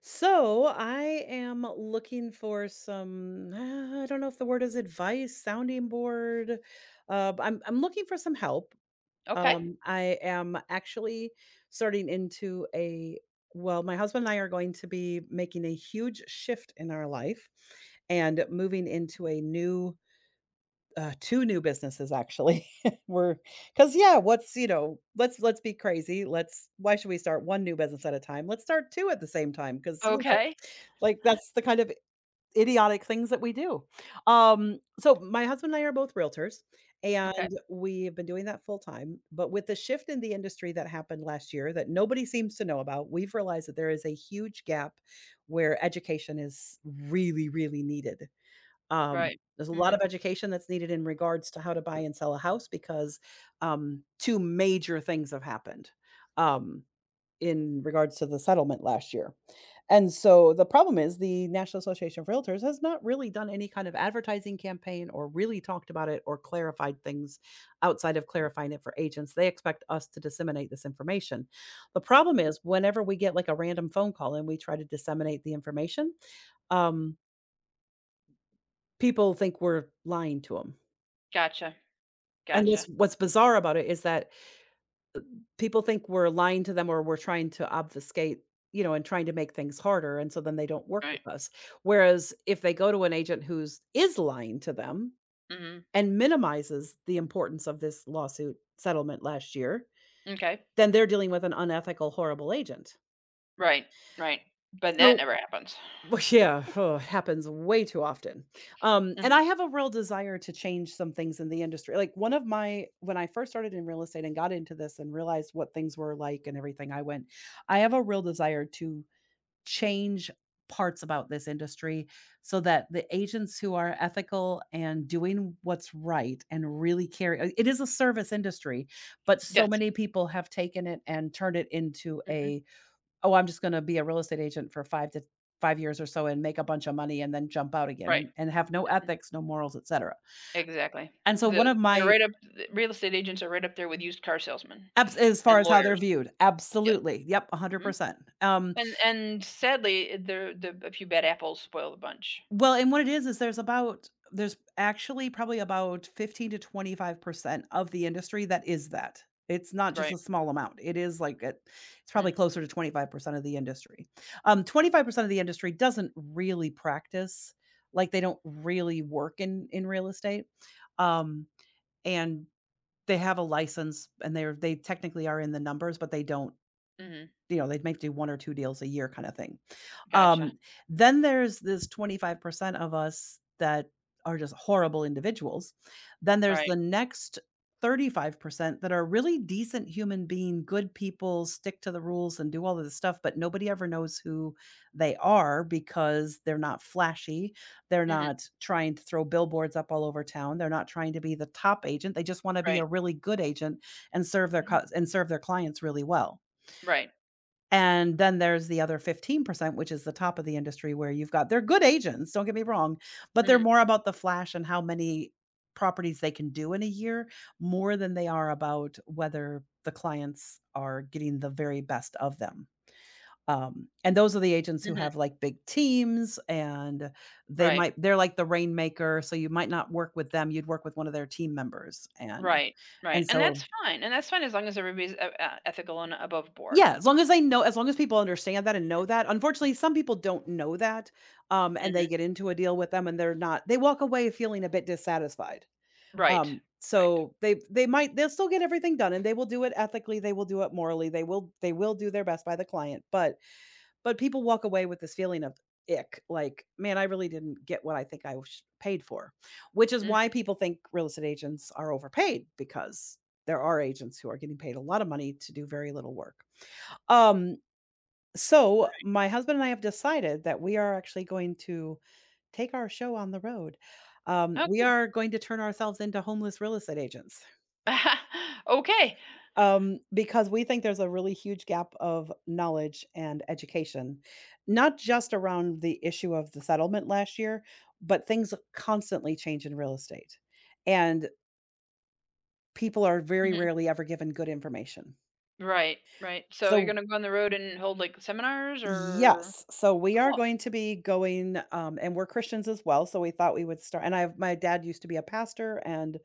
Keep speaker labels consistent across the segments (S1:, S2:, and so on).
S1: So I am looking for some, I don't know if the word is advice, sounding board. But I'm looking for some help.
S2: Okay.
S1: I am actually starting into well, my husband and I are going to be making a huge shift in our life and moving into a new two new businesses actually we're because yeah, what's let's be crazy, let's, why should we start one new business at a time? Let's start two at the same time because
S2: Okay.
S1: like, that's the kind of idiotic things that we do. So my husband and I are both realtors,
S2: Okay.
S1: and we've been doing that full time, but with the shift in the industry that happened last year that nobody seems to know about, we've realized that there is a huge gap where education is really, really needed.
S2: Right.
S1: There's a lot
S2: Mhm.
S1: of education that's needed in regards to how to buy and sell a house because, 2 major things have happened. Um in regards to the settlement last year. And so the problem is the National Association of Realtors has not really done any kind of advertising campaign or really talked about it or clarified things outside of clarifying it for agents. They expect us to disseminate this information. The problem is whenever we get like a random phone call and we try to disseminate the information, um, people think we're lying to them.
S2: Gotcha.
S1: And
S2: Gotcha.
S1: what's bizarre about it is that people think we're lying to them or we're trying to obfuscate, you know, and trying to make things harder, and so then they don't work
S2: Right.
S1: with us. Whereas if they go to an agent who's is lying to them
S2: Mhm.
S1: and minimizes the importance of this lawsuit settlement last year,
S2: Okay.
S1: then they're dealing with an unethical, horrible agent.
S2: Right. Right. But that
S1: So
S2: never happens.
S1: well, yeah, oh, it happens way too often. And
S2: Mhm.
S1: I have a real desire to change some things in the industry. Like one of my, when I first started in real estate and got into this and realized what things were like and everything, I went, I have a real desire to change parts about this industry so that the agents who are ethical and doing what's right and really care, it is a service industry, but so
S2: Yes.
S1: many people have taken it and turned it into
S2: Mhm.
S1: a, oh, I'm just gonna be a real estate agent for 5 to 5 years or so and make a bunch of money and then jump out again
S2: Right.
S1: and have no
S2: Mhm.
S1: ethics, no morals, etcetera.
S2: Exactly.
S1: And so one
S2: The
S1: of
S2: they're
S1: my,
S2: right up the real estate agents are right up there with used car salesmen
S1: abs as far
S2: and
S1: as how they're
S2: lawyers.
S1: viewed,
S2: Yep.
S1: absolutely, yep,
S2: Mhm.
S1: 100%. Um
S2: And sadly, the a few bad apples spoil the bunch.
S1: Well, and what it is there's about, there's actually probably about 15 to 25% of the industry that is that. It's not just a
S2: Right.
S1: small amount. It is like it, it's probably
S2: Mm.
S1: closer to 25% of the industry. 25% of the industry doesn't really practice, like they don't really work in real estate. Um, and they have a license and they technically are in the numbers, but they don't,
S2: Mhm.
S1: you know, they might do 1 or 2 deals a year kinda thing. Um,
S2: Gotcha.
S1: then there's this 25% of us that are just horrible individuals. Then there's
S2: Right.
S1: the next 35% that are really decent human being, good people, stick to the rules and do all of this stuff, but nobody ever knows who they are because they're not flashy, they're
S2: Mhm.
S1: not trying to throw billboards up all over town, they're not trying to be the top agent, they just wanna be a
S2: Right.
S1: really good agent and serve their
S2: Mhm.
S1: cus and serve their clients really well.
S2: Right.
S1: And then there's the other 15%, which is the top of the industry where you've got, they're good agents, don't get me wrong, but they're
S2: Mhm.
S1: more about the flash and how many properties they can do in a year more than they are about whether the clients are getting the very best of them. And those are the agents who
S2: Mhm.
S1: have like big teams and they
S2: Right.
S1: might, they're like the rainmaker, so you might not work with them, you'd work with one of their team members.
S2: Right, right,
S1: And so
S2: and that's fine as long as everybody's e ethical and above board.
S1: yeah, as long as they know, as long as people understand that and know that. Unfortunately, some people don't know that, and they
S2: Mhm.
S1: get into a deal with them and they're not, they walk away feeling a bit dissatisfied.
S2: Right, right.
S1: So they might, they'll still get everything done and they will do it ethically, they will do it morally, they will do their best by the client, but people walk away with this feeling of ick, like, "Man, I really didn't get what I think I was paid for," which is why
S2: Mhm,
S1: people think real estate agents are overpaid because there are agents who are getting paid a lot of money to do very little work. Um, so
S2: right.
S1: my husband and I have decided that we are actually going to take our show on the road.
S2: Oh,
S1: We
S2: good.
S1: are going to turn ourselves into homeless real estate agents.
S2: Okay.
S1: Because we think there's a really huge gap of knowledge and education, not just around the issue of the settlement last year, but things constantly change in real estate, and people are very
S2: Mhm.
S1: rarely ever given good information.
S2: Right, right. So you're
S1: So
S2: gonna go on the road and hold, like, seminars or.
S1: yes. So we are
S2: Cool.
S1: going to be going, and we're Christians as well. So we thought we would start. And I, my dad used to be a pastor and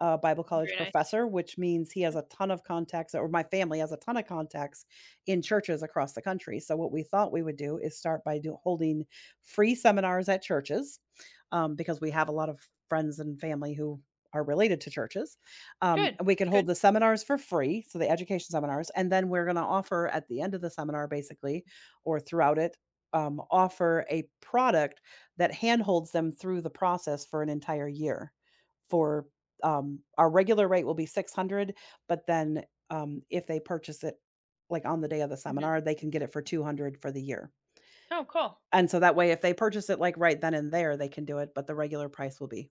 S1: a Bible college
S2: Very nice.
S1: professor, which means he has a ton of contacts, or my family has a ton of contacts in churches across the country. So what we thought we would do is start by do, holding free seminars at churches, because we have a lot of friends and family who are related to churches.
S2: Good,
S1: We could hold
S2: good.
S1: the seminars for free, so the education seminars, and then we're going to offer at the end of the seminar, basically or throughout it, offer a product that handholds them through the process for an entire year. For our regular rate will be 600, but then if they purchase it like on the day of the
S2: Mhm.
S1: seminar, they can get it for 200 for the year.
S2: Oh, cool.
S1: And so that way, if they purchase it like right then and there, they can do it, but the regular price will be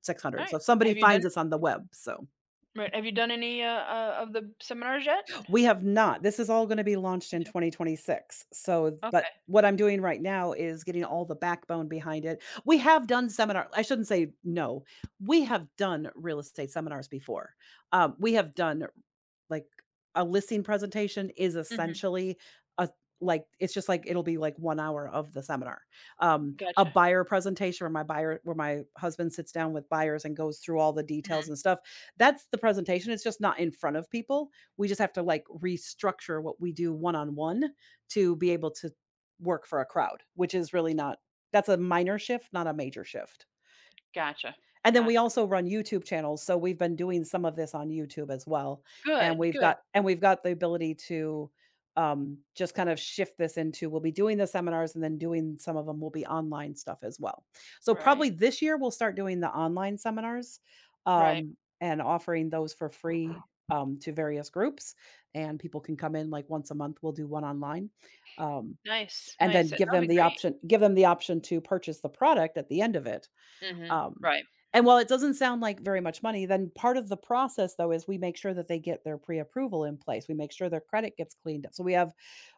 S1: 600. So
S2: Alright.
S1: if somebody
S2: Have you done
S1: finds us on the web, so.
S2: Right, have you done any, of the seminars yet?
S1: We have not. This is all gonna be launched in
S2: Okay.
S1: 2026. So but
S2: Okay.
S1: what I'm doing right now is getting all the backbone behind it. We have done seminar, I shouldn't say no. We have done real estate seminars before. We have done like a listing presentation is
S2: Mhm.
S1: essentially a, like it's just like it'll be like 1 hour of the seminar. A
S2: Gotcha.
S1: buyer presentation where my buyer where my husband sits down with buyers and goes through all the
S2: Mhm.
S1: details and stuff. That's the presentation. It's just not in front of people, we just have to like restructure what we do one on one to be able to work for a crowd, which is really not, that's a minor shift, not a major shift.
S2: Gotcha,
S1: And then we
S2: gotcha.
S1: also run YouTube channels, so we've been doing some of this on YouTube as well, and
S2: Good,
S1: we've
S2: good.
S1: got and we've got the ability to, just kind of shift this into, we'll be doing the seminars and then doing some of them will be online stuff as well. So
S2: Right,
S1: probably this year we'll start doing the online seminars,
S2: right.
S1: and offering those for free, to various groups, and people can come in, like, once a month, we'll do one online, um,
S2: Nice,
S1: and then
S2: nice.
S1: give
S2: That'll
S1: them
S2: be
S1: the
S2: great.
S1: option give them the option to purchase the product at the end of it.
S2: Mhm.
S1: Um,
S2: Right.
S1: and while it doesn't sound like very much money, then part of the process though is we make sure that they get their pre-approval in place. We make sure their credit gets cleaned up. So we have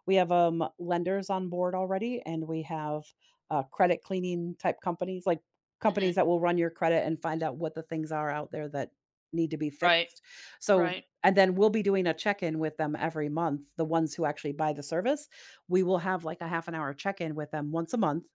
S1: we have lenders on board already and we have credit cleaning type companies, like companies
S2: Mhm.
S1: that will run your credit and find out what the things are out there that need to be
S2: Right.
S1: fixed. So
S2: Right.
S1: and then we'll be doing a check-in with them every month. The ones who actually buy the service, we will have like a half an hour check-in with them once a month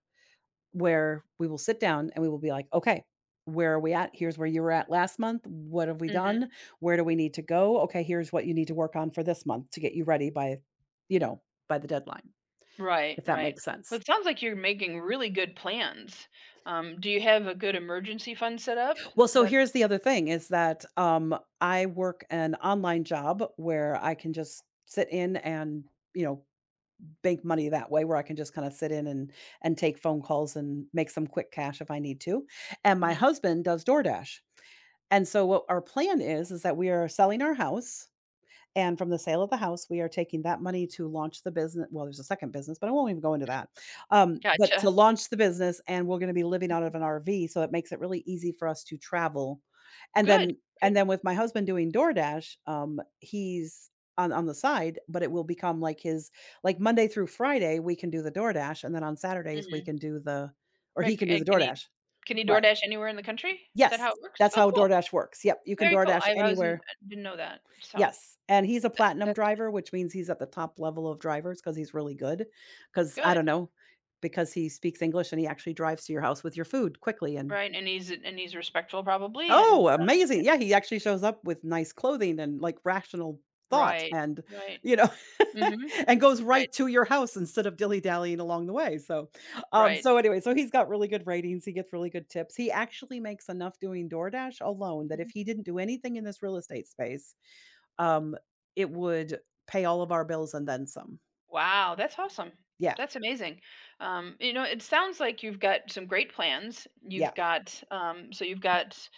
S1: where we will sit down and we will be like, "Okay, where are we at? Here's where you were at last month. What have we
S2: Mhm.
S1: done? Where do we need to go? Okay, here's what you need to work on for this month to get you ready by, you know, by the deadline,"
S2: Right,
S1: if that
S2: right.
S1: makes
S2: Well,
S1: sense.
S2: it sounds like you're making really good plans. Do you have a good emergency fund set up?
S1: Well, so
S2: That.
S1: here's the other thing is that, I work an online job where I can just sit in and, you know, bank money that way where I can just kinda sit in and take phone calls and make some quick cash if I need to, and my
S2: Mhm.
S1: husband does DoorDash, and so what our plan is that we are selling our house and from the sale of the house, we are taking that money to launch the business. Well, there's a second business, but I won't even go into that. But to
S2: Gotcha.
S1: launch the business, and we're going to be living out of an RV, so it makes it really easy for us to travel. And
S2: Good,
S1: then, and
S2: good.
S1: then with my husband doing DoorDash, he's on the side, but it will become like his like Monday through Friday we can do the DoorDash, and then on Saturdays we
S2: Mhm.
S1: can do the or he
S2: Make
S1: can do
S2: and
S1: the
S2: can he
S1: DoorDash.
S2: Can he
S1: Right.
S2: DoorDash anywhere in the country? Is that
S1: Yes,
S2: how it works?
S1: that's
S2: Oh,
S1: how
S2: cool.
S1: DoorDash works. Yep, you can
S2: Very cool.
S1: DoorDash
S2: I wasn't
S1: anywhere.
S2: didn't know that. So,
S1: Yes, and he's a
S2: that
S1: platinum
S2: that's
S1: driver, which means he's at the top level of drivers because he's really good. Because I
S2: good,
S1: don't know, because he speaks English and he actually drives to your house with your food quickly and
S2: right, and he's respectful probably and
S1: oh,
S2: uh,
S1: amazing. Yeah, he actually shows up with nice clothing and, like, rational thought
S2: Right,
S1: and,
S2: right.
S1: you know,
S2: Mhm.
S1: and goes
S2: Right,
S1: right to your house instead of dilly-dallying along the way, so,
S2: right.
S1: so anyway, so he's got really good ratings, he gets really good tips. He actually makes enough doing DoorDash alone that if he didn't do anything in this real estate space um, it would pay all of our bills and then some.
S2: Wow, that's awesome.
S1: Yeah,
S2: That's amazing. You know, it sounds like you've got some great plans.
S1: yeah.
S2: You've got, so you've got,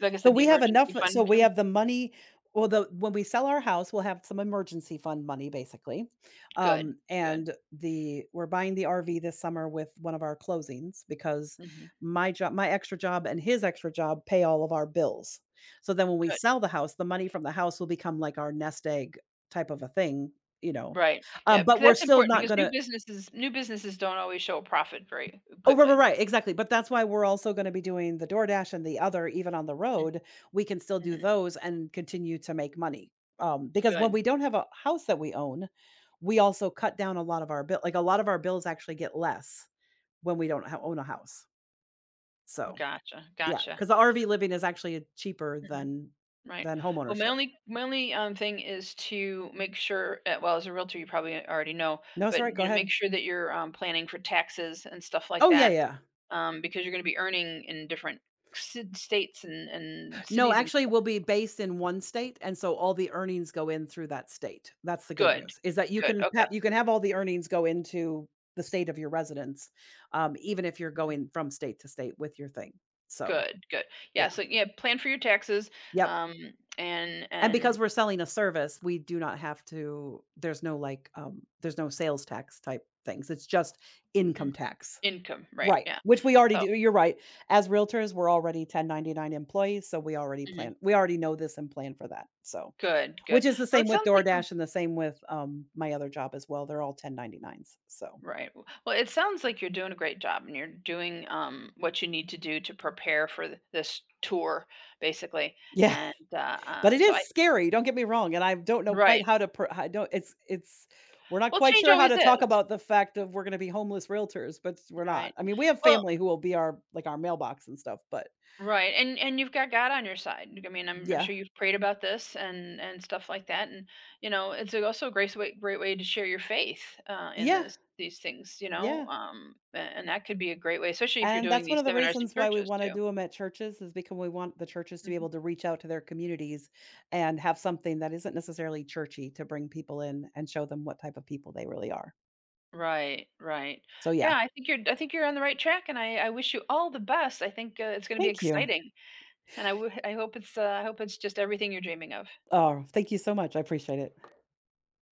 S2: like I
S1: So
S2: said, the
S1: we have enough
S2: emergency
S1: so
S2: fund.
S1: we
S2: Com-
S1: have the money well, the when we sell our house, we'll have some emergency fund money basically.
S2: Good, good,
S1: And the we're buying the RV this summer with one of our closings because
S2: hmm
S1: my job my extra job and his extra job pay all of our bills. So then when we
S2: good.
S1: sell the house, the money from the house will become like our nest egg type of a thing, you know.
S2: Right.
S1: Um,
S2: Yeah,
S1: but
S2: because
S1: we're
S2: that's
S1: still
S2: important
S1: not
S2: because
S1: gonna
S2: new businesses don't always show a profit very
S1: oh, right, right,
S2: quickly.
S1: right, exactly, but that's why we're also gonna be doing the DoorDash and the other even on the
S2: Hmm
S1: road, we can still do
S2: hmm
S1: those and continue to make money, because when
S2: Good.
S1: we don't have a house that we own, we also cut down a lot of our bill like, a lot of our bills actually get less when we don't ho own a house, so,
S2: Gotcha.
S1: yeah,
S2: Gotcha.
S1: 'cause the RV living is actually cheaper
S2: Mm-hmm. Right.
S1: than
S2: Well, my
S1: homeownership.
S2: only my only, um, thing is to make sure well, as a realtor, you probably already know,
S1: No,
S2: but,
S1: sorry, go
S2: you know,
S1: ahead.
S2: make sure that you're, planning for taxes and stuff like
S1: Oh, yeah,
S2: that,
S1: yeah.
S2: because you're gonna be earning in different ci states and
S1: No,
S2: cities and
S1: actually,
S2: stuff.
S1: we'll be based in one state, and so all the earnings go in through that state. That's the good
S2: Good.
S1: news, is that
S2: Good, okay.
S1: you can have all the earnings go into the state of your residence, even if you're
S2: Mhm.
S1: going from state to state with your thing. So,
S2: Good, good.
S1: yeah.
S2: Yeah, so yeah, plan for your taxes,
S1: Yep.
S2: um,
S1: And
S2: and
S1: because we're selling a service, we do not have to there's no, like, there's no sales tax type things. It's just income
S2: mm,
S1: tax.
S2: income, right,
S1: Right,
S2: yeah.
S1: which we already
S2: So
S1: do. You're right. As realtors, we're already 1099 employees, so we already
S2: mhm,
S1: plan we already know this and plan for that. So
S2: good, good.
S1: which is the
S2: Well,
S1: same
S2: it
S1: with
S2: sounds like you're.
S1: DoorDash and the same with, my other job as well. They're all 1099s, so
S2: Right. Well, it sounds like you're doing a great job and you're doing what you need to do to prepare for this tour, basically.
S1: yeah,
S2: And
S1: but it
S2: so I,
S1: is scary, don't get me wrong, and I don't know quite
S2: right.
S1: how to per I don't it's we're not
S2: Well,
S1: quite
S2: change
S1: sure how
S2: always
S1: to talk
S2: is,
S1: about the fact of we're gonna be homeless realtors, but we're not.
S2: right?
S1: I mean, we have
S2: Well,
S1: family who will be our like, our mailbox and stuff, but
S2: right. And you've got God on your side. I mean, I'm
S1: yeah.
S2: sure you've prayed about this and stuff like that. And you know, also a great way, great way to share your faith in
S1: Yeah,
S2: this these things. You know,
S1: yeah.
S2: and that could be a great way, especially if you're
S1: And
S2: doing
S1: that's one
S2: these
S1: of the
S2: seminars in
S1: reasons why we
S2: churches
S1: wanna do
S2: too.
S1: do them at churches is because we want the churches to be
S2: Mm-hmm.
S1: able to reach out to their communities and have something that isn't necessarily churchy to bring people in and show them what type of people they really are.
S2: Right, right.
S1: So,
S2: Yeah,
S1: yeah,
S2: I think you're on the right track, and I wish you all the best. I think, it's gonna be
S1: thank you.
S2: exciting, and I hope it's just everything you're dreaming of.
S1: Oh, thank you so much. I appreciate it.